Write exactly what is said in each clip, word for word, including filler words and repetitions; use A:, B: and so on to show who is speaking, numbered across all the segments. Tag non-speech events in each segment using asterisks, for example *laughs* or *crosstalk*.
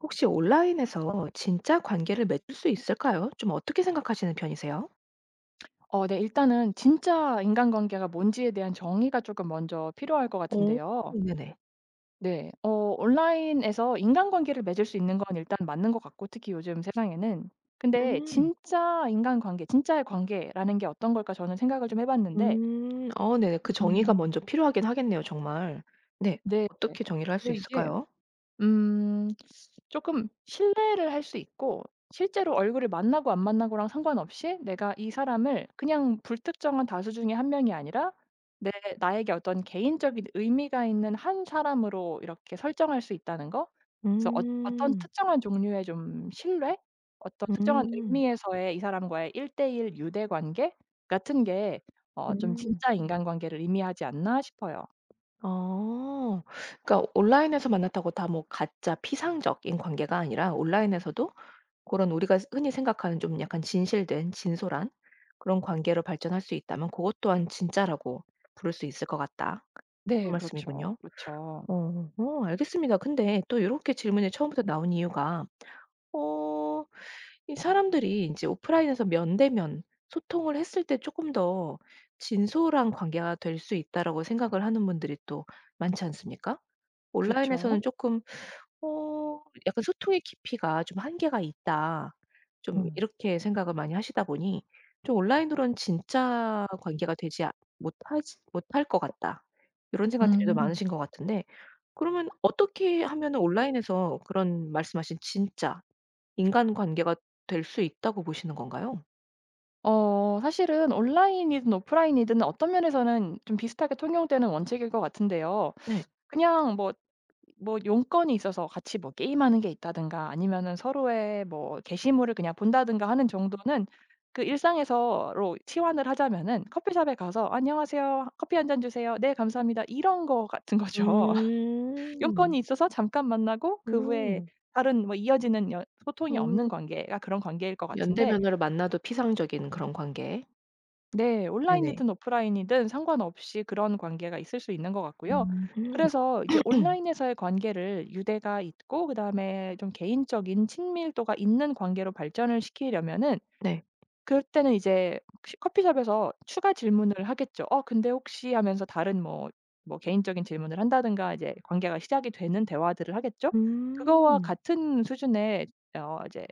A: 혹시 온라인에서 진짜 관계를 맺을 수 있을까요? 좀 어떻게 생각하시는 편이세요?
B: 어 네. 일단은 진짜 인간관계가 뭔지에 대한 정의가 조금 먼저 필요할 것
A: 오,
B: 같은데요.
A: 네네.
B: 네. 어 온라인에서 인간관계를 맺을 수 있는 건 일단 맞는 것 같고, 특히 요즘 세상에는. 근데
A: 음.
B: 진짜 인간관계, 진짜의 관계라는 게 어떤 걸까 저는 생각을 좀 해 봤는데,
A: 음. 어 네네. 그 정의가
B: 음.
A: 먼저 필요하긴 하겠네요 정말. 네.
B: 네.
A: 어떻게 정의를 할 수
B: 그래서 이게,
A: 있을까요?
B: 음. 조금 신뢰를 할 수 있고, 실제로 얼굴을 만나고 안 만나고랑 상관없이 내가 이 사람을 그냥 불특정한 다수 중에 한 명이 아니라, 내 나에게 어떤 개인적인 의미가 있는 한 사람으로 이렇게 설정할 수 있다는 거. 그래서 어 어떤
A: 음.
B: 특정한 종류의 좀 신뢰? 어떤 특정한
A: 음.
B: 의미에서의 이 사람과의 일대일 유대 관계 같은 게 어 좀
A: 음.
B: '진짜 인간관계를 의미하지 않나.' 싶어요.
A: 어. 그러니까 온라인에서 만났다고 다 뭐 가짜 피상적인 관계가 아니라 온라인에서도 그런 우리가 흔히 생각하는 좀 약간 진실된 진솔한 그런 관계로 발전할 수 있다면 그것 또한 진짜라고 부를 수 있을 것 같다. 그런
B: 네. 그렇죠.
A: 말씀이군요.
B: 그렇죠.
A: 어. 어 알겠습니다. 근데 또 이렇게 질문이 처음부터 나온 이유가 어 이 사람들이 이제 오프라인에서 면대면 소통을 했을 때 조금 더 진솔한 관계가 될 수 있다라고 생각을 하는 분들이 또 많지 않습니까?
B: 그렇죠.
A: 온라인에서는 조금 어 약간 '소통의 깊이가 좀 한계가 있다.' 좀 이렇게 생각을 많이 하시다 보니 좀 '온라인으로는 진짜 관계가 되지 아 못하지 못할 것 같다.' 요런 생각들이 더
B: 음.
A: 많으신 것 같은데 그러면 어떻게 하면은 온라인에서 그런 말씀하신 진짜 인간 관계가 될 수 있다고 보시는 건가요?
B: 어 사실은 온라인이든 오프라인이든 어떤 면에서는 좀 비슷하게 통용되는 원칙일 것 같은데요.
A: 네.
B: 그냥 뭐 뭐 용건이 있어서 같이 뭐 게임하는 게 있다든가, 아니면은 서로의 뭐 게시물을 그냥 본다든가 하는 정도는, 그 일상에서로 치환을 하자면은 커피숍에 가서 "안녕하세요. 커피 한 잔 주세요." "네, 감사합니다." 이런 거 같은 거죠. *laughs*
A: 음.
B: 용건이 있어서 잠깐 만나고 그 후에
A: 음.
B: 다른 뭐 이어지는 연 소통이 없는
A: 음.
B: 관계가 그런 관계일 것 같은데.
A: 면대면으로 만나도 피상적인 그런 관계.
B: 네.
A: 네네.
B: 온라인이든 오프라인이든 상관없이 그런 관계가 있을 수 있는 것 같고요.
A: 음.
B: 그래서 이제
A: *clears throat*
B: 온라인에서의 관계를, 유대가 있고 그다음에 좀 개인적인 친밀도가 있는 관계로 발전을 시키려면은,
A: 네.
B: 그때는 이제 시 커피숍에서 추가 질문을 하겠죠. "어 근데 혹시?" 하면서 다른 뭐 뭐 개인적인 질문을 한다든가, 이제 관계가 시작이 되는 대화들을 하겠죠. 그거와
A: 음.
B: 같은 수준의, 어 이제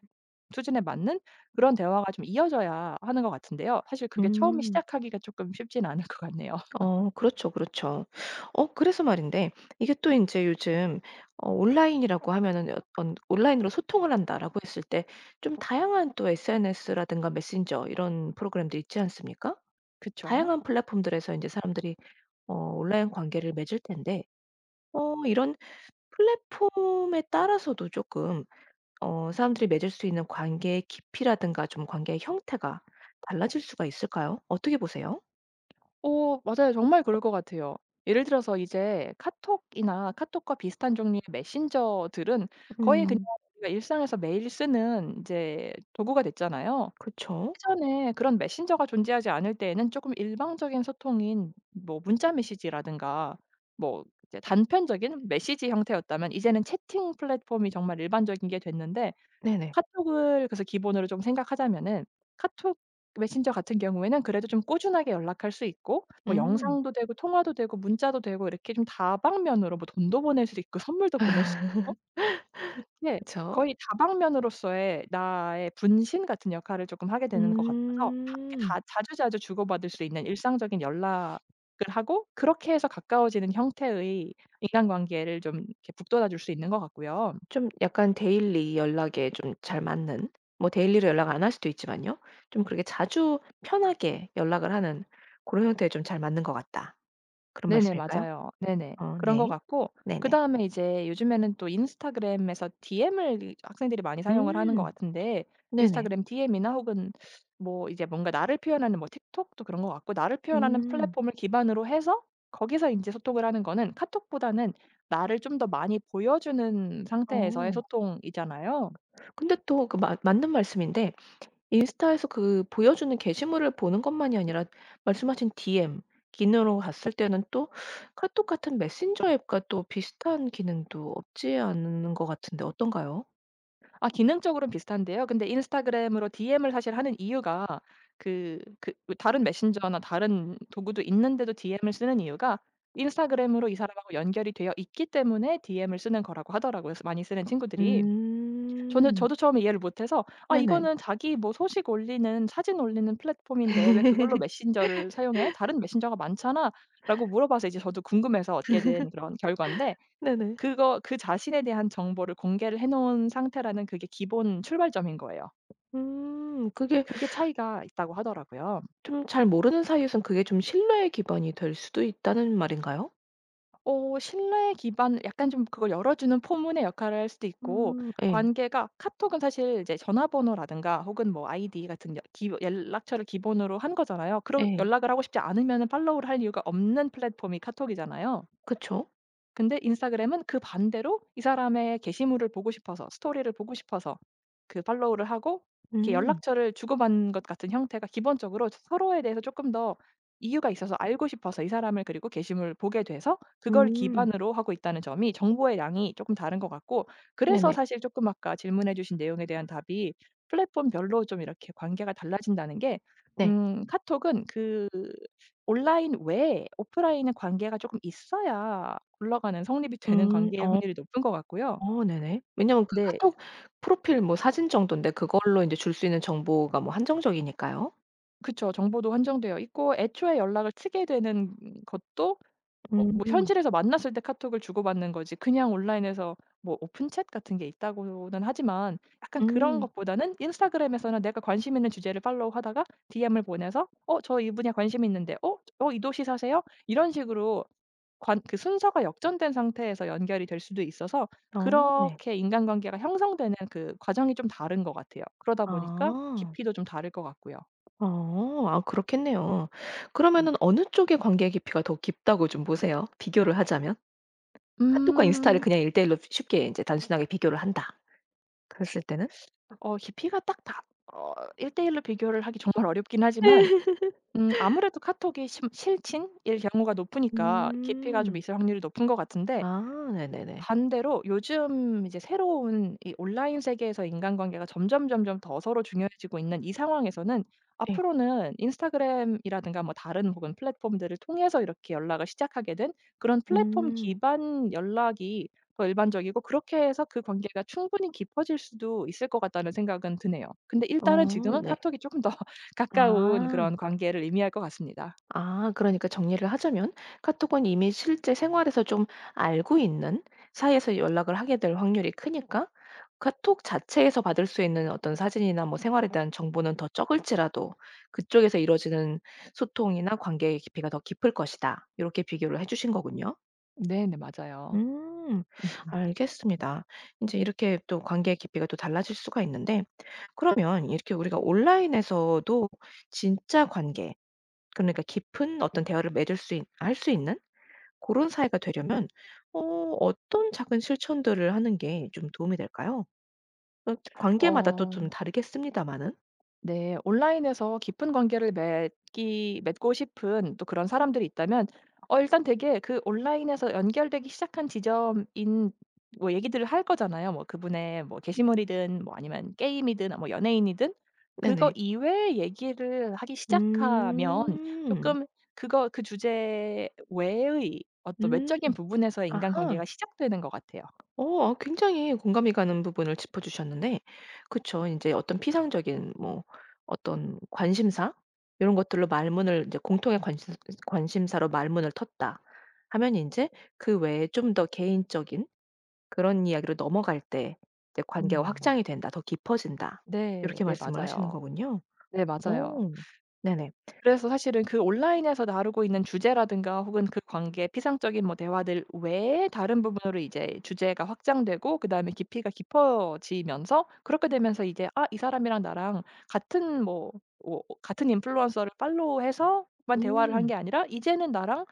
B: 수준에 맞는 그런 대화가 좀 이어져야 하는 것 같은데요. 사실 그게 처음에
A: 음.
B: 시작하기가 조금 쉽진 않을 것 같네요.
A: 어 그렇죠, 그렇죠. 어 그래서 말인데 이게 또 이제 요즘 어 온라인이라고 하면은 어떤 '온라인으로 소통을 한다.'라고 했을 때 좀 다양한 또 에스엔에스라든가 메신저 이런 프로그램들이 있지 않습니까?
B: *laughs* 그쵸?
A: 다양한 플랫폼들에서 이제 사람들이 어 온라인 관계를 맺을 텐데 어 이런 플랫폼에 따라서도 조금 어 사람들이 맺을 수 있는 관계의 깊이라든가 좀 관계의 형태가 달라질 수가 있을까요? 어떻게 보세요?
B: 오 맞아요. 정말 그럴 것 같아요. 예를 들어서 이제 카톡이나 카톡과 비슷한 종류의 메신저들은, 거의 그냥
A: 음.
B: 우리가 일상에서 매일 쓰는 이제 도구가 됐잖아요.
A: 그쵸.
B: 예전에 그런 메신저가 존재하지 않을 때에는 조금 일방적인 소통인 뭐 문자 메시지라든가, 뭐 이제 단편적인 메시지 형태였다면, 이제는 채팅 플랫폼이 정말 일반적인 게 됐는데,
A: 네네.
B: 카톡을 그래서 기본으로 좀 생각하자면은, 카톡 메신저 같은 경우에는 그래도 좀 꾸준하게 연락할 수 있고, 뭐
A: 음.
B: 영상도 되고 통화도 되고 문자도 되고, 이렇게 좀 다방면으로 뭐 돈도 보낼 수 있고 선물도 보낼 수 있고,
A: *laughs*
B: 이렇게
A: 그쵸.
B: 거의 다방면으로서의 나의 분신 같은 역할을 조금 하게 되는 것 같아서, 다 이렇게
A: 음.
B: 다 자주자주 주고받을 수 있는 일상적인 연락을 하고, 그렇게 해서 가까워지는 형태의 인간관계를 좀 이렇게 북돋아 줄 수 있는 것 같고요.
A: 좀 약간 데일리 연락에 좀 잘 맞는 뭐 데일리로 연락 안 할 수도 있지만요. 좀 그렇게 자주 편하게 연락을 하는 그런 형태에 좀 잘 맞는 것 같다. 그런
B: 네네.
A: 말씀일까요?
B: 맞아요. 네네.
A: 어
B: 그런 것
A: 네.
B: 같고,
A: 네네.
B: 그다음에 이제 요즘에는 또 인스타그램에서 디엠을 이 학생들이 많이 사용을 하는 것
A: 음.
B: 같은데,
A: 네네.
B: 인스타그램 디엠이나 혹은 뭐 이제 뭔가 나를 표현하는, 뭐 틱톡도 그런 것 같고, 나를 표현하는
A: 음.
B: 플랫폼을 기반으로 해서 거기서 인제 소통을 하는 거는, 카톡보다는 나를 좀 더 많이 보여주는 상태에서의
A: 어.
B: 소통이잖아요.
A: 근데 또 그 맞 맞는 말씀인데 인스타에서 그 보여주는 게시물을 보는 것만이 아니라 말씀하신 디엠 기능으로 갔을 때는 또 카톡 같은 메신저 앱과 또 비슷한 기능도 없지 않은 것 같은데 어떤가요?
B: 아, 기능적으로는 비슷한데요. 근데 인스타그램으로 디엠을 사실 하는 이유가, 그그 그 다른 메신저나 다른 도구도 있는데도 디엠을 쓰는 이유가, 인스타그램으로 이 사람하고 연결이 되어 있기 때문에 디엠을 쓰는 거라고 하더라고요, 그래서 많이 쓰는 친구들이. 저는,
A: 음.
B: 저도 처음에 이해를 못해서 '아
A: 네네.
B: 이거는 자기 뭐 소식 올리는, 사진 올리는 플랫폼인데 왜 그걸로
A: *laughs*
B: 메신저를 사용해? 다른 메신저가 많잖아.'라고 물어봐서, 이제 저도 궁금해서 얻게 된 그런 결과인데,
A: 네네.
B: 그거 그 자신에 대한 정보를 공개를 해 놓은 상태라는, 그게 기본 출발점인 거예요.
A: 음. 그게
B: 그게 차이가 있다고 하더라고요.
A: 좀 잘 모르는 사이에선 그게 좀 신뢰의 기반이 될 수도 있다는 말인가요?
B: 어 신뢰 기반, 약간 좀 그걸 열어주는 포문의 역할을 할 수도 있고,
A: 음. 예.
B: 관계가, 카톡은 사실 이제 전화번호라든가 혹은 뭐 아이디 같은 여 기 연락처를 기본으로 한 거잖아요. 그러
A: 예.
B: 연락을 하고 싶지 않으면은 팔로우를 할 이유가 없는 플랫폼이 카톡이잖아요.
A: 그쵸.
B: 근데 인스타그램은 그 반대로 이 사람의 게시물을 보고 싶어서, 스토리를 보고 싶어서 그 팔로우를 하고, 이렇게
A: 음.
B: 연락처를 주고받는 것 같은 형태가, 기본적으로 서로에 대해서 조금 더 이유가 있어서, 알고 싶어서 이 사람을, 그리고 게시물을 보게 돼서 그걸
A: 음.
B: 기반으로 하고 있다는 점이, 정보의 양이 조금 다른 것 같고, 그래서
A: 네네.
B: 사실 조금 아까 질문해 주신 내용에 대한 답이, 플랫폼별로 좀 이렇게 관계가 달라진다는 게,
A: 네.
B: 음 카톡은 그 온라인 외에 오프라인의 관계가 조금 있어야 굴러가는, 성립이 되는
A: 음.
B: 관계일
A: 어.
B: 확률이 높은 것 같고요.
A: 어 네네. 왜냐면 그
B: 네.
A: 카톡 프로필 뭐 사진 정돈데 그걸로 인제 줄 수 있는 정보가 뭐 한정적이니까요.
B: 그쵸. 정보도 한정되어 있고 애초에 연락을 트게 되는 것도, 어 뭐
A: 음.
B: 현실에서 만났을 때 카톡을 주고받는 거지, 그냥 온라인에서 뭐 오픈 챗 같은 게 있다고는 하지만, 약간 그런
A: 음.
B: 것보다는 인스타그램에서는 내가 관심 있는 주제를 팔로우하다가 디엠을 보내서 "어 저 이분야 관심이 있는데. 어 어 이 도시 사세요?" 이런 식으로 관 그 순서가 역전된 상태에서 연결이 될 수도 있어서,
A: 어 네.
B: 그렇게 인간관계가 형성되는 그 과정이 좀 다른 것 같아요. 그러다 보니까
A: 아.
B: 깊이도 좀 다를 것 같고요.
A: 어. 아 그렇겠네요.
B: 네.
A: 그러면은 어느 쪽의 관계 깊이가 더 깊다고 좀 보세요, 비교를 하자면? 카톡과 인스타를
B: 음.
A: 그냥 일대일로 쉽게 인제 단순하게 비교를 한다. 그랬을 때는?
B: 어 깊이가 딱 다어대일로 비교를 하기 정말 어렵긴 하지만,
A: *laughs*
B: 음 아무래도 카톡이 심 실친일 경우가 높으니까 깊이가 좀
A: 음.
B: 있을 확률이 높은 것 같은데,
A: 아 네네네.
B: 반대로 요즘 이제 새로운 이 온라인 세계에서 인간관계가 점점 점점 더 서로 중요해지고 있는 이 상황에서는,
A: 예.
B: 앞으로는 인스타그램이라든가 뭐 다른 혹은 플랫폼들을 통해서 이렇게 연락을 시작하게 된, 그런 플랫폼
A: 음.
B: 기반 연락이 더 일반적이고, 그렇게 해서 그 관계가 충분히 깊어질 수도 있을 것 같다는 생각은 드네요. 근데 일단은
A: 어
B: 지금은
A: 네.
B: 카톡이 조금 더 *laughs* 가까운
A: 아.
B: 그런 관계를 의미할 것 같습니다.
A: 아, 그러니까 정리를 하자면 카톡은 이미 실제 생활에서 좀 알고 있는 사이에서 연락을 하게 될 확률이 크니까 카톡 자체에서 받을 수 있는 어떤 사진이나 뭐 생활에 대한 정보는 더 적을지라도 그쪽에서 이루어지는 소통이나 관계의 깊이가 더 깊을 것이다. 이렇게 비교를 해주신 거군요.
B: 네네. 맞아요.
A: 음, 알겠습니다. 이제 이렇게 또 관계의 깊이가 또 달라질 수가 있는데, 그러면 이렇게 우리가 온라인에서도 진짜 관계, 그러니까 깊은 어떤 대화를 맺을 수 있 할 수 있는 그런 사이가 되려면 어 어떤 작은 실천들을 하는 게 좀 도움이 될까요? 어 관계마다 또
B: 어.
A: 좀 다르겠습니다마는.
B: 네. 온라인에서 깊은 관계를 맺기 맺고 싶은 또 그런 사람들이 있다면, 어 일단 되게 그 온라인에서 연결되기 시작한 지점인 뭐 얘기들을 할 거잖아요. 뭐 그분의 뭐 게시물이든, 뭐 아니면 게임이든, 뭐 연예인이든, 그거
A: 네네.
B: 이외의 얘기를 하기 시작하면,
A: 음.
B: 조금 그거 그 주제 외의 어떤
A: 음.
B: 외적인 부분에서의
A: 아하.
B: 인간관계가 시작되는 것 같아요.
A: 어 아 굉장히 공감이 가는 부분을 짚어 주셨는데 그쵸. 이제 어떤 피상적인 뭐 어떤 관심사 이런 것들로 말문을 이제 공통의 관심 관심사로 말문을 텄다 하면 이제 그 외에 좀 더 개인적인 그런 이야기로 넘어갈 때 이제 관계가
B: 음.
A: 확장이 된다. 더 깊어진다. 이렇
B: 네.
A: 게
B: 네
A: 말씀을 하시는
B: 맞아요.
A: 거군요.
B: 네
A: 어.
B: 맞아요.
A: 네네.
B: 그래서 사실은 그 온라인에서 다루고 있는 주제라든가, 혹은 그 관계의 피상적인 뭐 대화들 외에 다른 부분으로 이제 주제가 확장되고, 그다음에 깊이가 깊어지면서, 그렇게 되면서 이제 '아 이 사람이랑 나랑 같은 뭐, 뭐 같은 인플루언서를 팔로우해서 만 대화를 한 게
A: 음.
B: 아니라, 이제는 나랑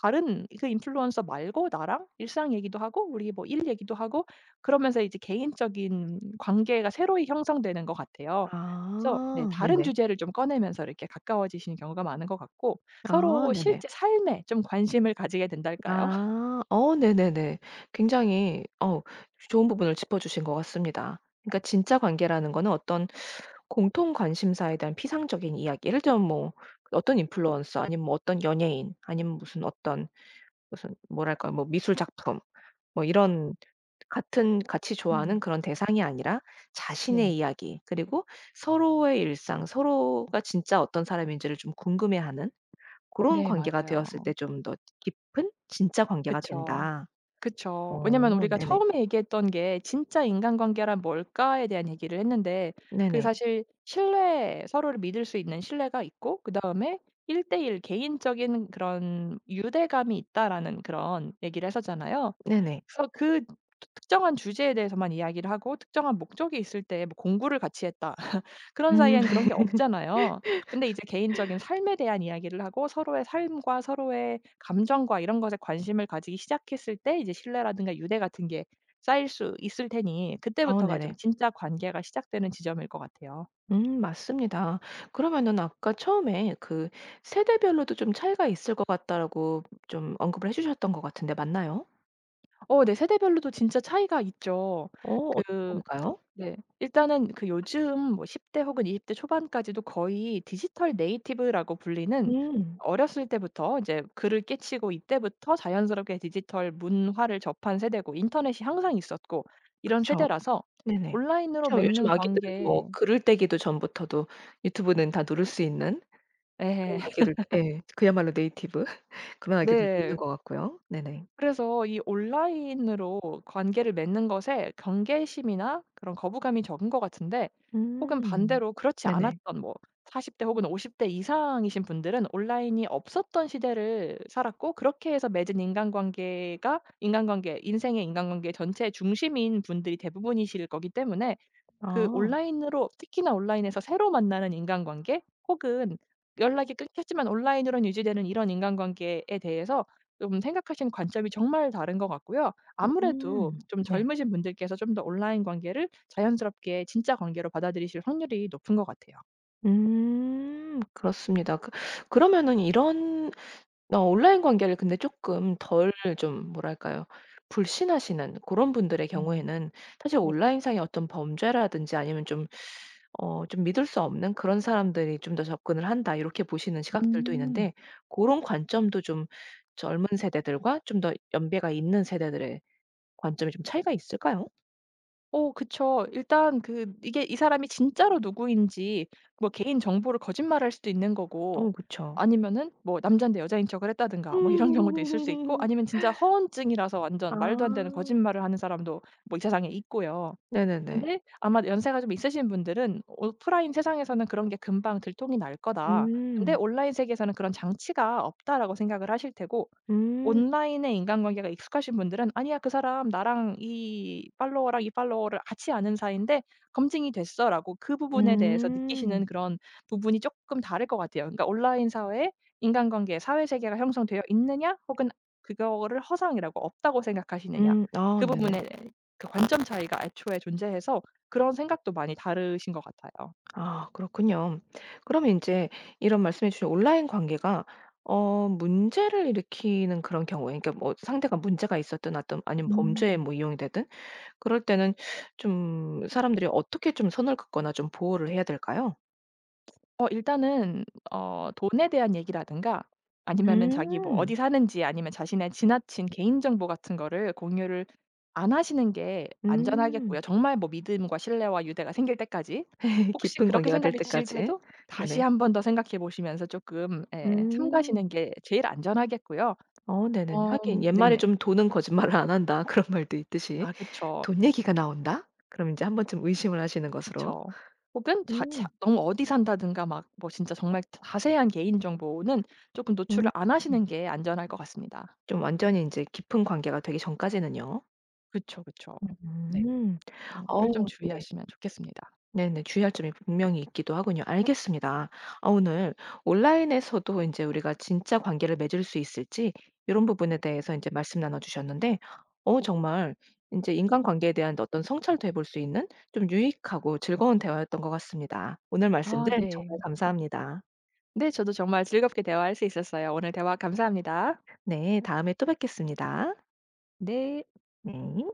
B: 다른 그 인플루언서 말고 나랑 일상 얘기도 하고, 우리 뭐 일 얘기도 하고, 그러면서 이제 개인적인 관계가 새로이 형성되는 것 같아요. 그래서 네
A: 아
B: 다른
A: 네네.
B: 주제를 좀 꺼내면서 이렇게 가까워지시는 경우가 많은 것 같고,
A: 아
B: 서로
A: 네네.
B: 실제 삶에 좀 관심을 가지게 된달까요?
A: 아.
B: *laughs*
A: 어 네네네. 굉장히 어 좋은 부분을 짚어 주신 것 같습니다. 그러니까 진짜 관계라는 거는 어떤 공통 관심사에 대한 피상적인 이야기 예를 들면 뭐 어떤 인플루언서 아니면 뭐 어떤 연예인 아니면 무슨 어떤 무슨 뭐랄까 뭐 미술 작품 뭐 이런 같은 같이 좋아하는
B: 음.
A: 그런 대상이 아니라 자신의
B: 네네.
A: 이야기 그리고 서로의 일상, 서로가 진짜 어떤 사람인지를 좀 궁금해하는 그런
B: 네
A: 관계가
B: 맞아요.
A: 되었을 때 좀 더 깊은 진짜 관계가
B: 그쵸.
A: 된다.
B: 그쵸. 왜냐면
A: 어
B: 우리가
A: 네네.
B: 처음에 얘기했던 게 진짜 인간관계란 뭘까에 대한 얘기를 했는데, 그게
A: 네네.
B: 사실 신뢰, 서로를 믿을 수 있는 신뢰가 있고, 그다음에 일대일 개인적인 그런 유대감이 있다라는 그런 얘기를 했었잖아요.
A: 네네.
B: 그래서 그 특정한 주제에 대해서만 이야기를 하고, 특정한 목적이 있을 때, 뭐 공부를 같이 했다. *laughs* 그런
A: 음.
B: 사이에는 그런 게 없잖아요. 근데 이제 개인적인 삶에 대한 이야기를 하고, 서로의 삶과 서로의 감정과 이런 것에 관심을 가지기 시작했을 때, 이제 신뢰라든가 유대 같은 게 쌓일 수 있을 테니,
A: 어
B: 그때부터가 좀
A: 네네.
B: 진짜 관계가 시작되는 지점일 것 같아요.
A: 음 맞습니다. 그러면은 아까 처음에 그 세대별로도 좀 차이가 있을 것 같다라고 좀 언급을 해 주셨던 것 같은데 맞나요?
B: 어 네. 세대별로도 진짜 차이가 있죠.
A: 어 어떻게
B: 그
A: 다를까요?
B: 네. 일단은 그 요즘 뭐 십 대 혹은 이십 대 초반까지도 거의 디지털 네이티브라고 불리는,
A: 음.
B: 어렸을 때부터 이제 글을 깨치고 이때부터 자연스럽게 디지털 문화를 접한 세대고, 인터넷이 항상 있었고 이런
A: 그쵸.
B: 세대라서
A: 네네.
B: 온라인으로
A: 심지어 요즘
B: 맺는
A: 아기들은
B: 관계.
A: 뭐그을 떼기도 전부터도 유튜브는 다 누를 수 있는
B: 예.
A: 그런
B: *laughs*
A: 아기들도 예. 그야말로 네이티브 *laughs* 그런 아기들도 있는
B: 네.
A: 것 같고요. 네네.
B: 그래서 이 온라인으로 관계를 맺는 것에 경계심이나 그런 거부감이 적은 것 같은데, 혹은
A: 음.
B: 반대로 그렇지
A: 네네.
B: 않았던 뭐 사십 대 혹은 오십 대 이상이신 분들은, 온라인이 없었던 시대를 살았고, 그렇게 해서 맺은 인간관계가, 인간관계 인생의 인간관계 전체의 중심인 분들이 대부분이실 거기 때문에, 그
A: 아.
B: 온라인으로, 특히나 온라인에서 새로 만나는 인간관계, 혹은 연락이 끊겼지만 온라인으로는 유지되는 이런 인간관계에 대해서 좀 생각하시는 관점이 정말 다른 것 같고요. 아무래도
A: 음.
B: 좀
A: 네.
B: 젊으신 분들께서 좀 더 온라인 관계를 자연스럽게 진짜 관계로 받아들이실 확률이 높은 것 같아요.
A: 음. 그렇습니다. 그 그러면은 이런 어 온라인 관계를 근데 쪼끔 덜 좀 뭐랄까요? 불신하시는 고런 분들의
B: 음.
A: 경우에는 사실
B: 네.
A: 온라인상의 어떤 범죄라든지 아니면 좀 어 좀 '믿을 수 없는 그런 사람들이 좀 더 접근을 한다.' 이렇게 보시는 시각들도
B: 음.
A: 있는데 그런 관점도 좀 젊은 세대들과 좀 더 연배가 있는 세대들의 관점이 좀 차이가 있을까요?
B: 어 그쵸. 일단 그 이게 이 사람이 진짜로 누구인지 뭐 개인 정보를 거짓말할 수도 있는 거고,
A: 어 그쵸.
B: 아니면은 뭐 남잔데 여자인 척을 했다든가 뭐 이런 *laughs* 경우도 있을 수 있고, 아니면
A: *laughs*
B: 진짜 허언증이라서 완전 말도 안 되는
A: 아.
B: 거짓말을 하는 사람도 뭐 이 세상에 있고요.
A: 네네네.
B: 근데 아마 연세가 좀 있으신 분들은 '오프라인 세상에서는 그런 게 금방 들통이 날 거다.' 근데
A: 음.
B: '온라인 세계에서는 그런 장치가 없다.'라고 생각을 하실 테고,
A: 음.
B: 온라인의 인간관계가 익숙하신 분들은 '아니야 그 사람 나랑 이 팔로워랑 이 팔로워를 같이 아는 사이인데 검증이 됐어.'라고, 그 부분에 대해서
A: 음.
B: 느끼시는 그런 부분이 조금 다를 것 같아요. 그러니까 온라인 사회에, 인간관계 사회, 세계가 형성되어 있느냐, 혹은 그거를 허상이라고 없다고 생각하시느냐,
A: 음. 아
B: 그
A: 네네.
B: 부분에, 그 관점 차이가 애초에 존재해서 그런 생각도 많이 다르신 것 같아요.
A: 아 그렇군요. 그러면 이제 이런 말씀해 주신 온라인 관계가 어 문제를 일으키는 그런 경우에 그러니까 뭐 상대가 문제가 있었든 어떤 아니면 범죄에
B: 음.
A: 뭐 이용이 되든 그럴 때는 좀 사람들이 어떻게 좀 선을 긋거나 좀 보호를 해야 될까요?
B: 어 일단은, 어 돈에 대한 얘기라든가, 아니면은 자기 뭐 어디
A: 음.
B: 사는지, 아니면 자신의 지나친 개인 정보 같은 거를 공유를 안 하시는 게 안전하겠고요.
A: 음.
B: 정말 뭐 믿음과 신뢰와 유대가 생길 때까지,
A: *laughs*
B: 혹시
A: 깊은
B: 그렇게
A: 관계가 될
B: 생각이 드실
A: 때까지.
B: 때도 다시
A: 네네.
B: 한 번 더 생각해 보시면서 쪼끔 예
A: 음.
B: 삼가시는 게 제일 안전하겠고요.
A: 어 네네
B: 어
A: 하긴 옛말에
B: 네네.
A: 좀 "돈은 거짓말을 안 한다." 그런 말도 있듯이
B: 아 그쵸.
A: 돈 얘기가 나온다? 그럼 이제 한 번쯤 의심을 하시는 것으로.
B: 그쵸. 혹은 자 자
A: 음.
B: 너무 어디 산다든가 막 뭐 진짜 정말 자세한 개인 정보는 쪼끔 노출을
A: 음.
B: 안 하시는 게 안전할 것 같습니다.
A: 좀 완전히 인제 깊은 관계가 되기 전까지는요.
B: 그쵸, 그쵸. 네.
A: 음.
B: 그런
A: 어
B: 거를 좀
A: 네.
B: 주의하시면 좋겠습니다.
A: 네네. 주의할 점이 분명히 있기도 하군요. 알겠습니다. 아 오늘 온라인에서도 인제 우리가 진짜 관계를 맺을 수 있을지 요런 부분에 대해서 인제 말씀 나눠 주셨는데 어 정말 인제 인간관계에 대한 어떤 성찰도 해볼 수 있는 좀 유익하고 즐거운 대화였던 것 같습니다. 오늘
B: 아
A: 말씀들
B: 네.
A: 정말 감사합니다.
B: 네 저도 정말 즐겁게 대화할 수 있었어요. 오늘 대화 감사합니다.
A: 네. 다음에 또 뵙겠습니다.
B: 네.
A: 네.